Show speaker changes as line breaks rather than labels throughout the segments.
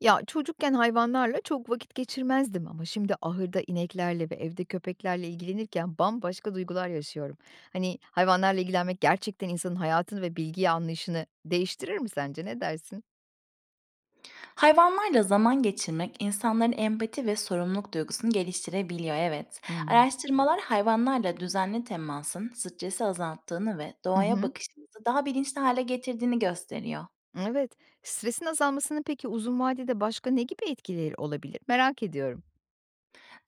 Ya, çocukken hayvanlarla çok vakit geçirmezdim ama şimdi ahırda ineklerle ve evde köpeklerle ilgilenirken bambaşka duygular yaşıyorum. Hani, hayvanlarla ilgilenmek gerçekten insanın hayatını ve bilgiyi anlayışını değiştirir mi sence? Ne dersin?
Hayvanlarla zaman geçirmek insanların empati ve sorumluluk duygusunu geliştirebiliyor, evet.
Hımm.
Araştırmalar hayvanlarla düzenli temasın stresi azalttığını ve
Hı
doğaya
hı.
bakışımızı daha bilinçli hale getirdiğini gösteriyor.
Evet. Stresin azalmasının peki uzun vadede başka ne gibi etkileri olabilir? Merak ediyorum.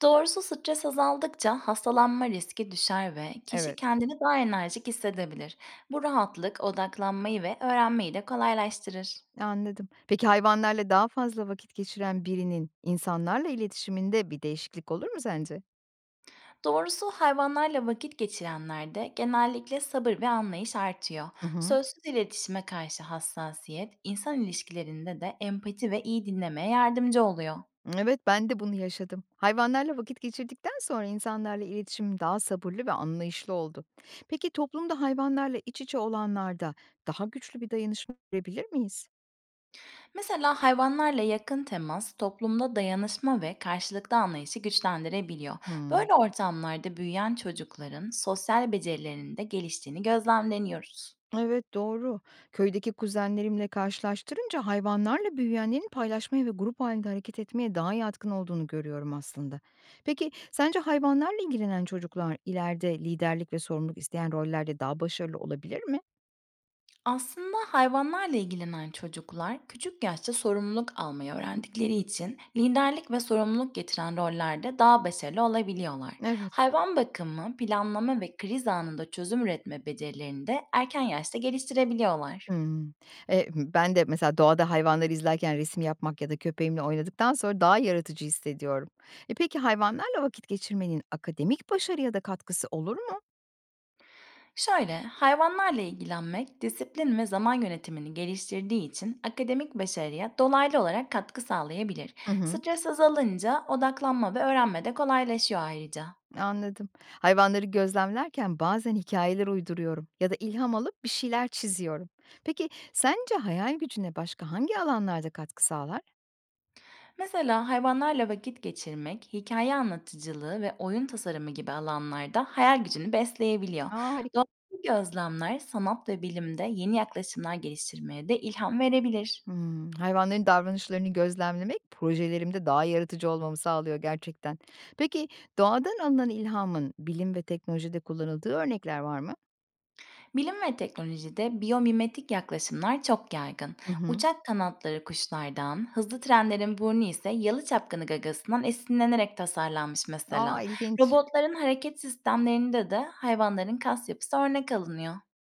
Doğrusu stres azaldıkça hastalanma riski düşer ve kişi
Evet,
kendini daha enerjik hissedebilir. Bu rahatlık odaklanmayı ve öğrenmeyi de kolaylaştırır.
anladım. Peki hayvanlarla daha fazla vakit geçiren birinin insanlarla iletişiminde bir değişiklik olur mu sence?
Doğrusu hayvanlarla vakit geçirenlerde genellikle sabır ve anlayış artıyor.
Hı hı.
Sözsüz iletişime karşı hassasiyet, insan ilişkilerinde de empati ve iyi dinlemeye yardımcı oluyor.
Evet, ben de bunu yaşadım. Hayvanlarla vakit geçirdikten sonra insanlarla iletişimim daha sabırlı ve anlayışlı oldu. Peki toplumda hayvanlarla iç içe olanlarda daha güçlü bir dayanışma görebilir miyiz?
Mesela hayvanlarla yakın temas toplumda dayanışma ve karşılıklı anlayışı güçlendirebiliyor.
Hmm.
Böyle ortamlarda büyüyen çocukların sosyal becerilerinin de geliştiğini gözlemleniyoruz.
Evet doğru. Köydeki kuzenlerimle karşılaştırınca hayvanlarla büyüyenlerin paylaşmaya ve grup halinde hareket etmeye daha yatkın olduğunu görüyorum aslında. Peki sence hayvanlarla ilgilenen çocuklar ileride liderlik ve sorumluluk isteyen rollerde daha başarılı olabilir mi?
Aslında hayvanlarla ilgilenen çocuklar küçük yaşta sorumluluk almayı öğrendikleri için liderlik ve sorumluluk getiren rollerde daha başarılı olabiliyorlar.
Evet.
Hayvan bakımı, planlama ve kriz anında çözüm üretme becerilerini de erken yaşta geliştirebiliyorlar.
Hımm. Ben de mesela doğada hayvanları izlerken resim yapmak ya da köpeğimle oynadıktan sonra daha yaratıcı hissediyorum. Peki hayvanlarla vakit geçirmenin akademik başarıya da katkısı olur mu?
Şöyle, hayvanlarla ilgilenmek disiplin ve zaman yönetimini geliştirdiği için akademik başarıya dolaylı olarak katkı sağlayabilir.
Hı hı.
Stres azalınca odaklanma ve öğrenme de kolaylaşıyor ayrıca.
Anladım. Hayvanları gözlemlerken bazen hikayeler uyduruyorum ya da ilham alıp bir şeyler çiziyorum. Peki sence hayal gücüne başka hangi alanlarda katkı sağlar?
Mesela hayvanlarla vakit geçirmek, hikaye anlatıcılığı ve oyun tasarımı gibi alanlarda hayal gücünü besleyebiliyor.
A!
Doğal gözlemler sanat ve bilimde yeni yaklaşımlar geliştirmeye de ilham verebilir.
Hımm. Hayvanların davranışlarını gözlemlemek projelerimde daha yaratıcı olmamı sağlıyor gerçekten. Peki doğadan alınan ilhamın bilim ve teknolojide kullanıldığı örnekler var mı?
Bilim ve teknolojide biyomimetik yaklaşımlar çok yaygın.
Hı hı.
Uçak kanatları kuşlardan, hızlı trenlerin burnu ise yalı çapkını gagasından esinlenerek tasarlanmış
A,
mesela.
ilginç.
Robotların hareket sistemlerinde de hayvanların kas yapısı örnek alınıyor.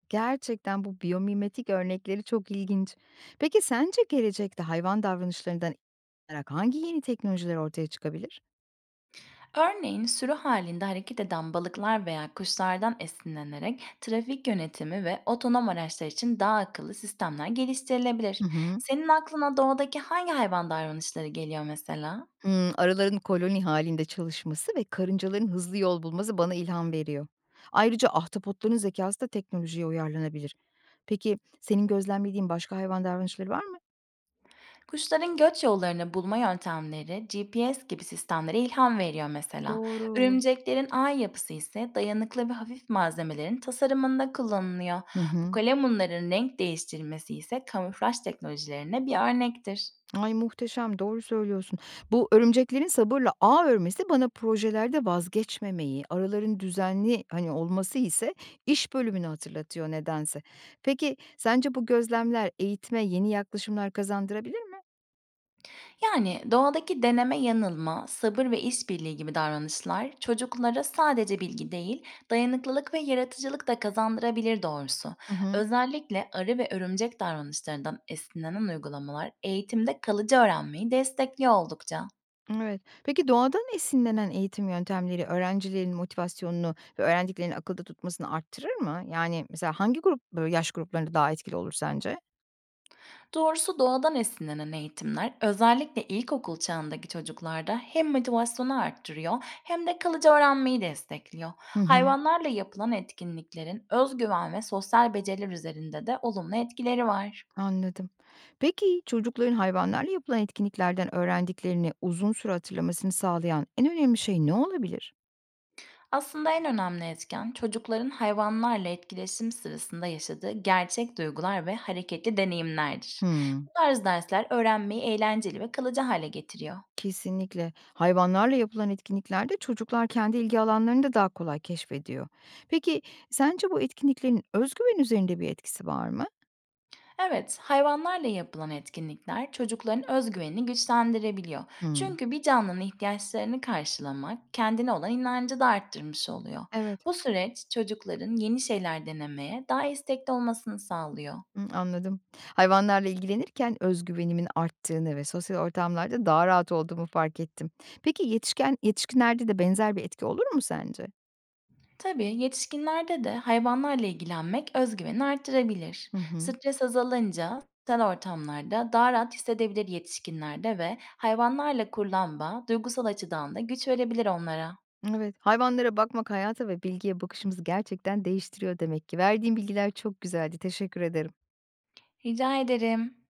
Gerçekten bu biyomimetik örnekleri çok ilginç. Peki sence gelecekte hayvan davranışlarından olarak hangi yeni teknolojiler ortaya çıkabilir?
Örneğin sürü halinde hareket eden balıklar veya kuşlardan esinlenerek trafik yönetimi ve otonom araçlar için daha akıllı sistemler geliştirilebilir.
Hı hı.
Senin aklına doğadaki hangi hayvan davranışları geliyor mesela?
Hımm, arıların koloni halinde çalışması ve karıncaların hızlı yol bulması bana ilham veriyor. Ayrıca ahtapotların zekası da teknolojiye uyarlanabilir. Peki, senin gözlemlediğin başka hayvan davranışları var mı?
Kuşların göç yollarını bulma yöntemleri GPS gibi sistemlere ilham veriyor mesela.
Doğru.
Örümceklerin ağ yapısı ise dayanıklı ve hafif malzemelerin tasarımında kullanılıyor.
Hı
Bu
hı.
kalemunların renk değiştirmesi ise kamuflaj teknolojilerine bir örnektir.
Ay, muhteşem, doğru söylüyorsun. Bu örümceklerin sabırla ağ örmesi bana projelerde vazgeçmemeyi, araların düzenli, hani, olması ise iş bölümünü hatırlatıyor nedense. Peki, sence bu gözlemler eğitime yeni yaklaşımlar kazandırabilir mi?
Yani doğadaki deneme yanılma, sabır ve işbirliği gibi davranışlar çocuklara sadece bilgi değil, dayanıklılık ve yaratıcılık da kazandırabilir doğrusu.
Hı hı.
Özellikle arı ve örümcek davranışlarından esinlenen uygulamalar eğitimde kalıcı öğrenmeyi destekliyor oldukça.
Evet. Peki doğadan esinlenen eğitim yöntemleri öğrencilerin motivasyonunu ve öğrendiklerini akılda tutmasını arttırır mı? Yani mesela hangi grup böyle yaş gruplarında daha etkili olur sence?
Doğrusu doğadan esinlenen eğitimler özellikle ilkokul çağındaki çocuklarda hem motivasyonu arttırıyor hem de kalıcı öğrenmeyi destekliyor.
Hı hı.
Hayvanlarla yapılan etkinliklerin özgüven ve sosyal beceriler üzerinde de olumlu etkileri var.
Anladım. Peki çocukların hayvanlarla yapılan etkinliklerden öğrendiklerini uzun süre hatırlamasını sağlayan en önemli şey ne olabilir?
Aslında en önemli etken çocukların hayvanlarla etkileşim sırasında yaşadığı gerçek duygular ve hareketli deneyimlerdir.
Hmm.
Bu tarz dersler öğrenmeyi eğlenceli ve kalıcı hale getiriyor.
Kesinlikle. Hayvanlarla yapılan etkinliklerde çocuklar kendi ilgi alanlarını da daha kolay keşfediyor. Peki sence bu etkinliklerin özgüven üzerinde bir etkisi var mı?
Evet, hayvanlarla yapılan etkinlikler çocukların özgüvenini güçlendirebiliyor.
Hmm.
Çünkü bir canlının ihtiyaçlarını karşılamak kendine olan inancı da arttırmış oluyor.
Evet.
Bu süreç çocukların yeni şeyler denemeye daha istekli olmasını sağlıyor.
Hımm, anladım. Hayvanlarla ilgilenirken özgüvenimin arttığını ve sosyal ortamlarda daha rahat olduğumu fark ettim. Peki yetişkinlerde de benzer bir etki olur mu sence?
Tabii yetişkinlerde de hayvanlarla ilgilenmek özgüveni arttırabilir.
Hı hı.
Stres azalınca sosyal ortamlarda daha rahat hissedebilir yetişkinlerde ve hayvanlarla kurulan bağ duygusal açıdan da güç verebilir onlara.
Evet, hayvanlara bakmak hayata ve bilgiye bakışımızı gerçekten değiştiriyor demek ki. Verdiğin bilgiler çok güzeldi. Teşekkür ederim.
Rica ederim.